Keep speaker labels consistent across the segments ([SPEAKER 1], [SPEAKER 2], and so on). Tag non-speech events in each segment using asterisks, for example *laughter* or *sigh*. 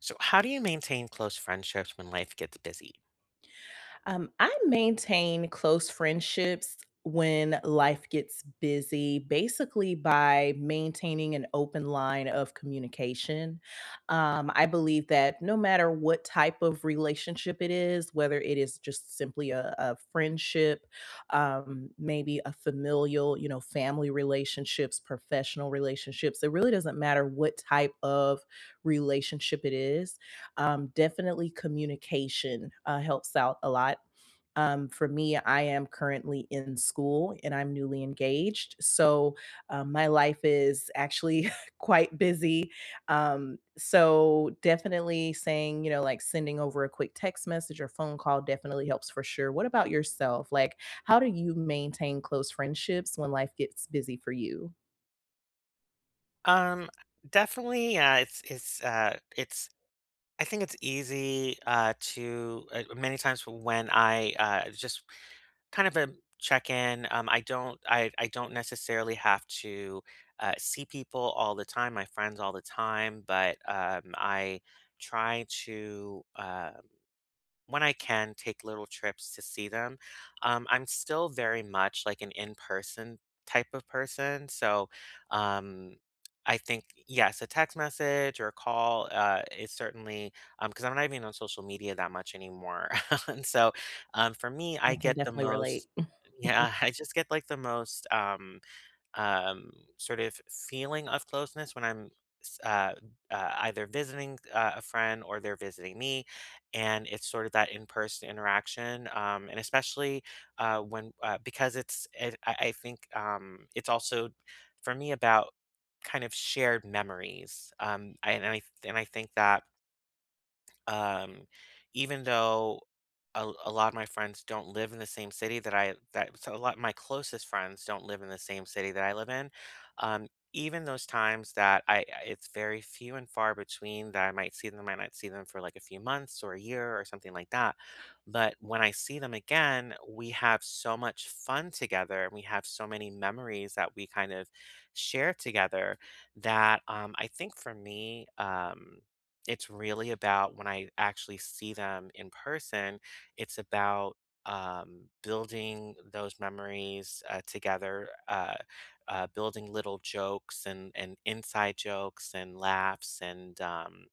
[SPEAKER 1] So, how do you maintain close friendships when life gets busy?
[SPEAKER 2] I maintain close friendships when life gets busy, basically by maintaining an open line of communication. I believe that no matter what type of relationship it is, whether it is just simply a friendship, maybe a familial, you know, family relationships, professional relationships, it really doesn't matter what type of relationship it is, definitely communication helps out a lot. For me, I am currently in school and I'm newly engaged. So my life is actually *laughs* quite busy. So definitely saying, you know, like sending over a quick text message or phone call definitely helps for sure. What about yourself? How do you maintain close friendships when life gets busy for you?
[SPEAKER 1] Um, definitely, it's. I think it's easy, to, many times when I, just kind of a check in. I don't necessarily have to, see people all the time, my friends all the time, but, I try to. When I can take little trips to see them. I'm still very much like an in-person type of person. So, um, I think, yes, a text message or a call is certainly because I'm not even on social media that much anymore. *laughs* And so, for me,
[SPEAKER 2] I
[SPEAKER 1] I
[SPEAKER 2] can
[SPEAKER 1] get the
[SPEAKER 2] definitely
[SPEAKER 1] most,
[SPEAKER 2] relate. *laughs*
[SPEAKER 1] yeah, *laughs* I just get like the most. Um, Sort of feeling of closeness when I'm, s- uh, either visiting a friend or they're visiting me. And it's sort of that in person interaction. And especially, when, because I think, it's also for me about kind of shared memories. And I think that, um, even though a lot of my friends don't live in the same city that I that so a lot my closest friends don't live in the same city that I live in. Um, Even those times that it's very few and far between that I might see them, I might not see them for like a few months or a year or something like that. But when I see them again, we have so much fun together and we have so many memories that we kind of share together that, I think for me, it's really about when I actually see them in person, it's about, building those memories, together, building little jokes and inside jokes and laughs um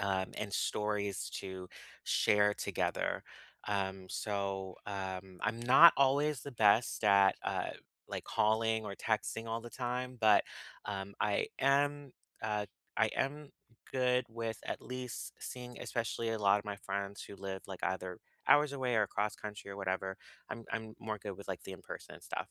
[SPEAKER 1] um, and stories to share together. So I'm not always the best at, like calling or texting all the time, but, um, I am uh, I am good with at least seeing, especially a lot of my friends who live like either hours away or across country or whatever. I'm more good with like the in person stuff.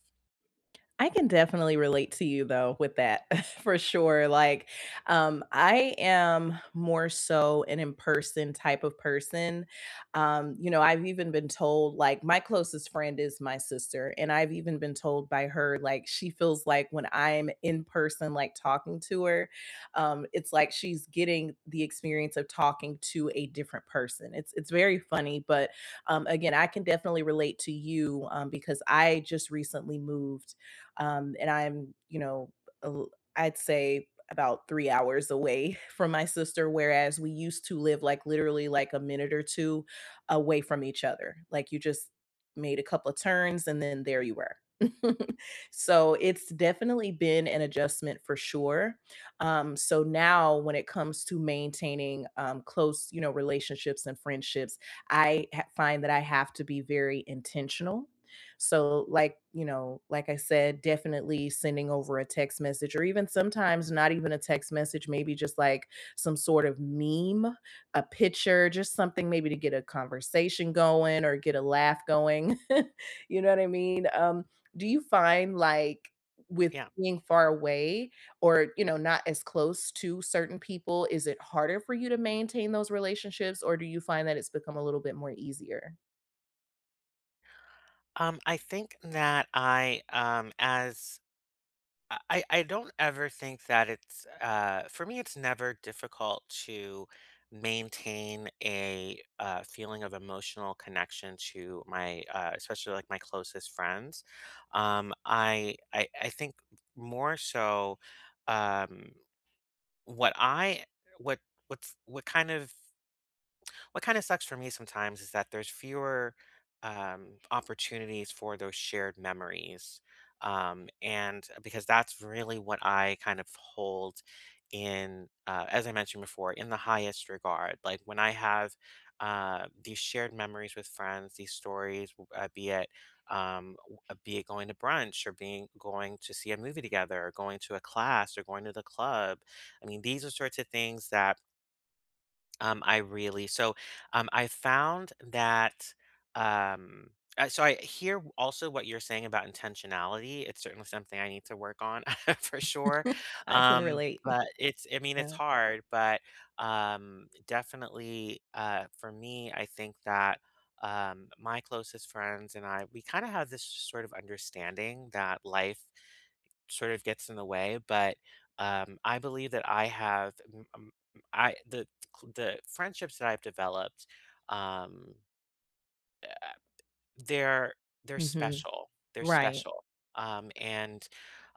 [SPEAKER 2] I can definitely relate to you though with that *laughs* for sure. I am more so an in person type of person. You know, I've even been told like my closest friend is my sister, and I've even been told by her like she feels like when I'm in person, like talking to her, it's like she's getting the experience of talking to a different person. It's very funny, but again, I can definitely relate to you because I just recently moved, and I'm, you know, I'd say about 3 hours away *laughs* from my sister, whereas we used to live like literally like a minute or two away from each other. Like you just made a couple of turns and then there you were. *laughs* So it's definitely been an adjustment for sure. So now when it comes to maintaining close, you know, relationships and friendships, find that I have to be very intentional, so, like, you know, like I said, definitely sending over a text message or even sometimes not even a text message, maybe just like some sort of meme, a picture, just something maybe to get a conversation going or get a laugh going. *laughs* You know what I mean? Do you find like with
[SPEAKER 1] Yeah.
[SPEAKER 2] being far away or, you know, not as close to certain people, is it harder for you to maintain those relationships or do you find that it's become a little bit more easier?
[SPEAKER 1] I think that I as I don't ever think that it's, for me it's never difficult to maintain a, feeling of emotional connection to my, especially like my closest friends. I think more so, um what I what what's what kind of what kind of sucks for me sometimes is that there's fewer, opportunities for those shared memories. And because that's really what I kind of hold in, as I mentioned before, in the highest regard. Like when I have, these shared memories with friends, these stories, be it going to brunch or being going to see a movie together or going to a class or going to the club. I mean, these are sorts of things that, I really I found that, um so I hear, also what you're saying about intentionality. It's certainly something I need to work on *laughs* for sure.
[SPEAKER 2] *laughs* I can relate.
[SPEAKER 1] But it's I mean, it's
[SPEAKER 2] Yeah.
[SPEAKER 1] hard, but, definitely, for me, I think that, my closest friends and I, we kinda have this sort of understanding that life sort of gets in the way, but, I believe that I have m- m- I the friendships that I've developed, um, uh, they're they're
[SPEAKER 2] Mhm.
[SPEAKER 1] special. They're
[SPEAKER 2] Right.
[SPEAKER 1] special. Um, and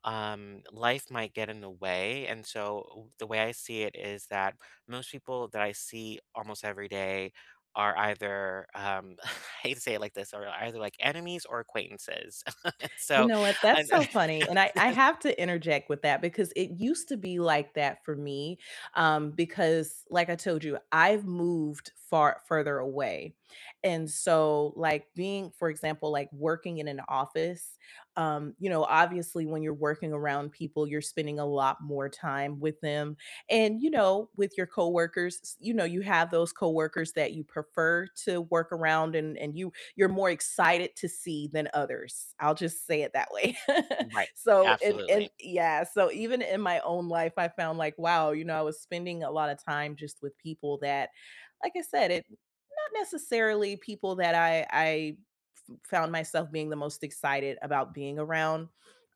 [SPEAKER 1] um, life might get in the way. And so the way I see it is that most people that I see almost every day are either, *laughs* I hate to say it like this, are either like enemies or acquaintances. *laughs*
[SPEAKER 2] You
[SPEAKER 1] So,
[SPEAKER 2] know what? That's
[SPEAKER 1] and,
[SPEAKER 2] so funny, and I have to interject with that because it used to be like that for me, because like I told you, I've moved far further away. And so, like, being, for example, like working in an office, you know, obviously when you're working around people, you're spending a lot more time with them. And, you know, with your coworkers, you know, you have those coworkers that you prefer to work around, and you're more excited to see than others. I'll just say it that way. *laughs*
[SPEAKER 1] *laughs* right,
[SPEAKER 2] So and
[SPEAKER 1] absolutely.
[SPEAKER 2] yeah, so even in my own life, I found like, wow, you know, I was spending a lot of time just with people that, like I said, it, not necessarily people that I found myself being the most excited about being around.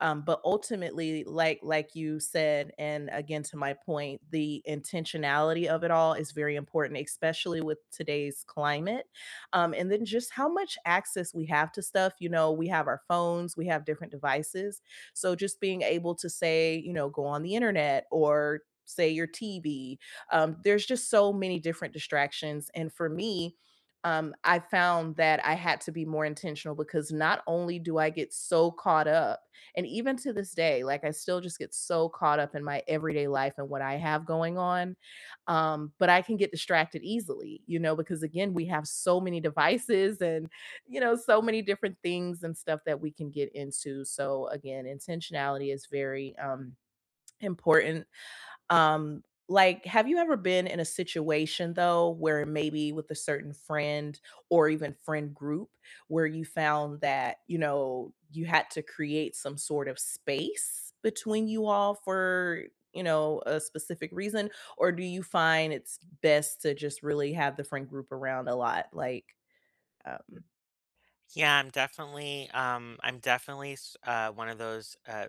[SPEAKER 2] But ultimately, like you said, and again to my point, the intentionality of it all is very important, especially with today's climate. And then just how much access we have to stuff. You know, we have our phones, we have different devices. So just being able to say, you know, go on the internet or say your TV, there's just so many different distractions. And for me, I found that I had to be more intentional because not only do I get so caught up, and even to this day, like I still just get so caught up in my everyday life and what I have going on, but I can get distracted easily, you know, because again, we have so many devices and, you know, so many different things and stuff that we can get into. So, again, intentionality is very, important, um, like, have you ever been in a situation though where maybe with a certain friend or even friend group where you found that, you know, you had to create some sort of space between you all for, you know, a specific reason? Or do you find it's best to just really have the friend group around a lot? Um,
[SPEAKER 1] Yeah, one of those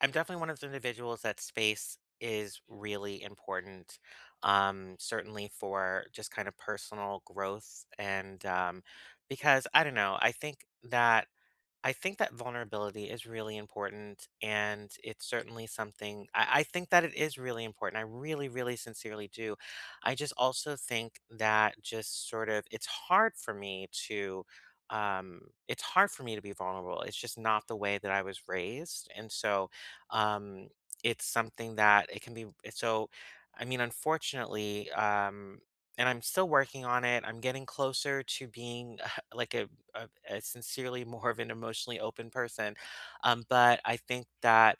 [SPEAKER 1] I'm definitely one of those individuals that space is really important, certainly for just kind of personal growth and, because I don't know, I think that vulnerability is really important, and it's certainly something I think that it is really important. I really, really sincerely do. I just also think that just sort of um it's hard for me to be vulnerable. It's just not the way that I was raised. And so, um it's something that it can be, so I mean, unfortunately, and I'm still working on it. I'm getting closer to being *laughs* like a, sincerely more of an emotionally open person. But I think that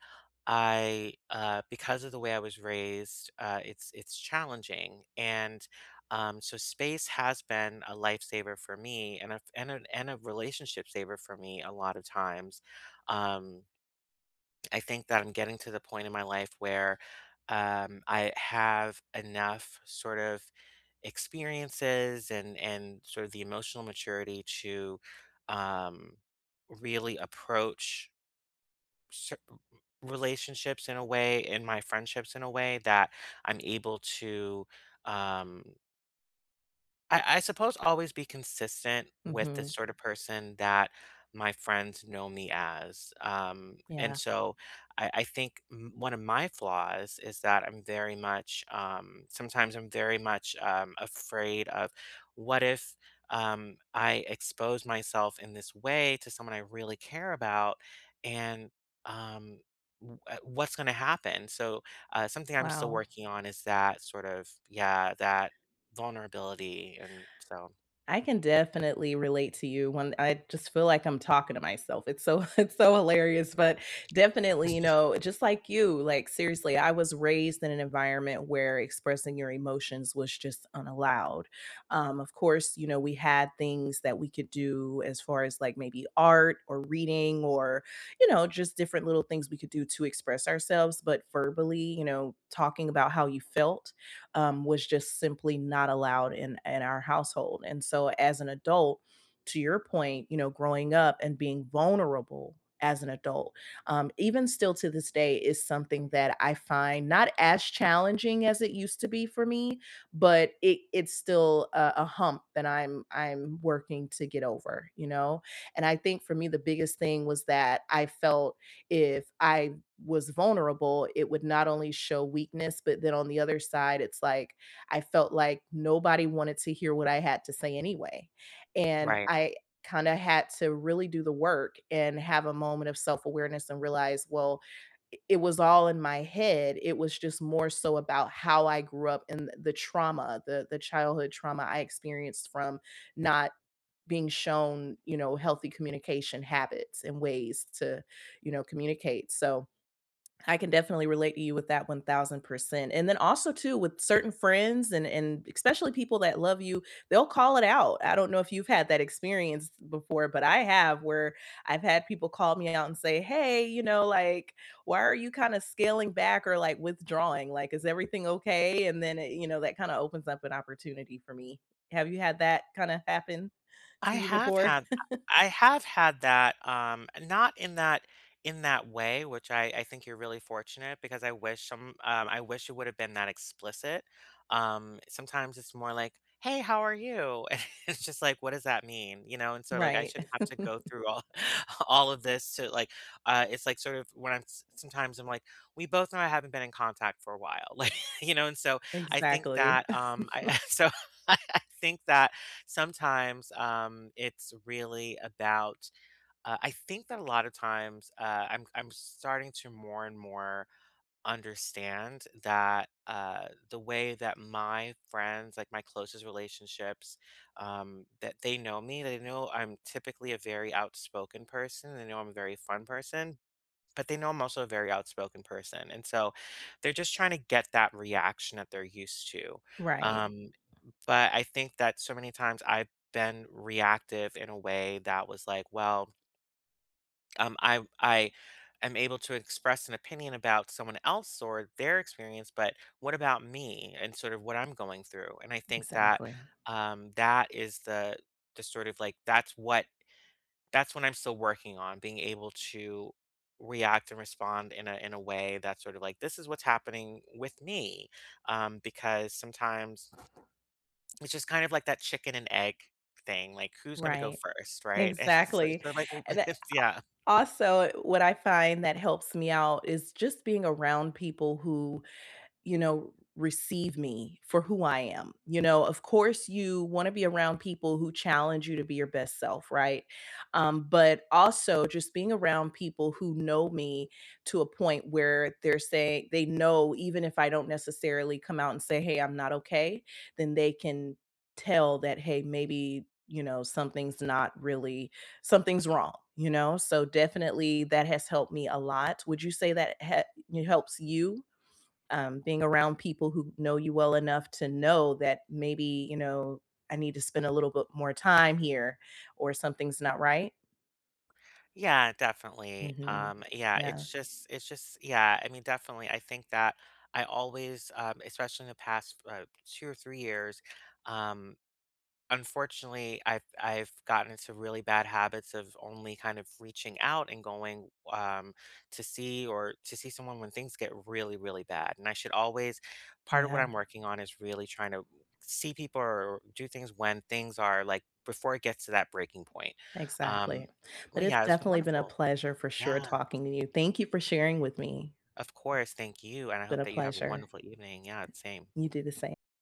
[SPEAKER 1] I, because of the way I was raised, it's challenging, and, so space has been a lifesaver for me, and a relationship saver for me a lot of times. Um, I think that I'm getting to the point in my life where, I have enough sort of experiences and sort of the emotional maturity to, um, really approach, cer- relationships in a way, in my friendships in a way that I'm able to, um, I suppose always be consistent with the
[SPEAKER 2] mhm.
[SPEAKER 1] sort of person that my friends know me as. And
[SPEAKER 2] Yeah.
[SPEAKER 1] so, one of my flaws is that I'm very much, sometimes I'm very much, afraid of what if, I expose myself in this way to someone I really care about and, um, what's going to happen. So, something I'm still
[SPEAKER 2] Wow.
[SPEAKER 1] working on is that sort of, yeah, that vulnerability and so.
[SPEAKER 2] I can definitely relate to you when I just feel like I'm talking to myself. It's so *laughs* it's so hilarious, but definitely, you know, just like you, like seriously, I was raised in an environment where expressing your emotions was just unallowed. Of course, you know, we had things that we could do as far as like maybe art or reading or, you know, just different little things we could do to express ourselves, but verbally, you know, talking about how you felt was just simply not allowed in our household. And so, as an adult, to your point, you know, growing up and being vulnerable as an adult, even still to this day, is something that I find not as challenging as it used to be for me, but it's still a hump that I'm working to get over. You know, and I think for me, the biggest thing was that I felt if I was vulnerable, it would not only show weakness, but then on the other side, it's like I felt like nobody wanted to hear what I had to say anyway. And
[SPEAKER 1] Right.
[SPEAKER 2] I kind of had to really do the work and have a moment of self awareness and realize, well, it was all in my head. It was just more so about how I grew up and the trauma, the childhood trauma I experienced from not being shown, you know, healthy communication habits and ways to, you know, communicate. So I can definitely relate to you with that 1000%. And then also too with certain friends and especially people that love you, they'll call it out. I don't know if you've had that experience before, but I have where I've had people call me out and say, "Hey, you know, like why are you kind of scaling back or like withdrawing? Like is everything okay?" And then it, you know, that kind of opens up an opportunity for me. Have you had that kind of happen
[SPEAKER 1] I
[SPEAKER 2] to you
[SPEAKER 1] have
[SPEAKER 2] before?
[SPEAKER 1] had I have had that, not in that way, which I think you're really fortunate because I wish some I wish it would have been that explicit. Sometimes it's more like, "Hey, how are you?" *laughs* And it's just like, "What does that mean?" You know, and so like I
[SPEAKER 2] Right,
[SPEAKER 1] shouldn't have to go through all *laughs* all of this to like, it's like sort of when sometimes I'm like, "We both know I haven't been in contact for a while," *laughs* like you know, and so
[SPEAKER 2] *laughs*
[SPEAKER 1] I think
[SPEAKER 2] exactly.
[SPEAKER 1] that,
[SPEAKER 2] *laughs*
[SPEAKER 1] I *laughs* so *laughs* I think that sometimes, it's really about, I think that a lot of times, I'm starting to more and more understand that, the way that my friends, like, my closest relationships, that they know me, they know I'm typically a very outspoken person, they know I'm a very fun person, but they know I'm also a very outspoken person, and so, they're just trying to get that reaction that they're used to. Mhm.
[SPEAKER 2] Right,
[SPEAKER 1] But I think that so many times I've been reactive in a way that was like, well, I am able to express an opinion about someone else or their experience, but what about me and sort of what I'm going through? And I think that,
[SPEAKER 2] exactly.
[SPEAKER 1] that is the sort of like that's what I'm still working on, being able to react and respond in a, way that's sort of like this is what's happening with me, because sometimes it's just kind of like that chicken and egg thing, like, who's gonna go
[SPEAKER 2] Right,
[SPEAKER 1] first, right? *laughs* And it's like
[SPEAKER 2] exactly,
[SPEAKER 1] so, like,
[SPEAKER 2] and that
[SPEAKER 1] *laughs* yeah.
[SPEAKER 2] also, what I find that helps me out is just being around people who, you know, receive me for who I am. You know, of course, you want to be around people who challenge you to be your best self, right? But also just being around people who know me to a point where they're saying they know, even if I don't necessarily come out and say, hey, I'm not okay, then they can tell that, hey, maybe, you know, something's not really, something's wrong. You know, so definitely that has helped me a lot. Would you say that it helps you, being around people who know you well enough to know that maybe, you know, I need to spend a little bit more time here, or something's not right.
[SPEAKER 1] Yeah, definitely,
[SPEAKER 2] Mhm.
[SPEAKER 1] yeah,
[SPEAKER 2] Yeah,
[SPEAKER 1] it's just yeah, I mean, definitely, I think that I always, especially in the past, 2 or 3 years, um Unfortunately, I've gotten into really bad habits of only kind of reaching out and going, to see or to see someone when things get really, really bad. And I should always, part of what I'm
[SPEAKER 2] yeah,
[SPEAKER 1] working on is really trying to see people or do things when things are like before it gets to that breaking point. Um,
[SPEAKER 2] exactly. But
[SPEAKER 1] well,
[SPEAKER 2] it's
[SPEAKER 1] yeah, it's been
[SPEAKER 2] definitely been a
[SPEAKER 1] wonderful.
[SPEAKER 2] pleasure for sure
[SPEAKER 1] Yeah,
[SPEAKER 2] talking to you. Thank you for sharing with me.
[SPEAKER 1] of course. Thank you. And I
[SPEAKER 2] It's been
[SPEAKER 1] hope
[SPEAKER 2] a
[SPEAKER 1] that you have a
[SPEAKER 2] pleasure.
[SPEAKER 1] wonderful evening. Yeah, same.
[SPEAKER 2] You do the same.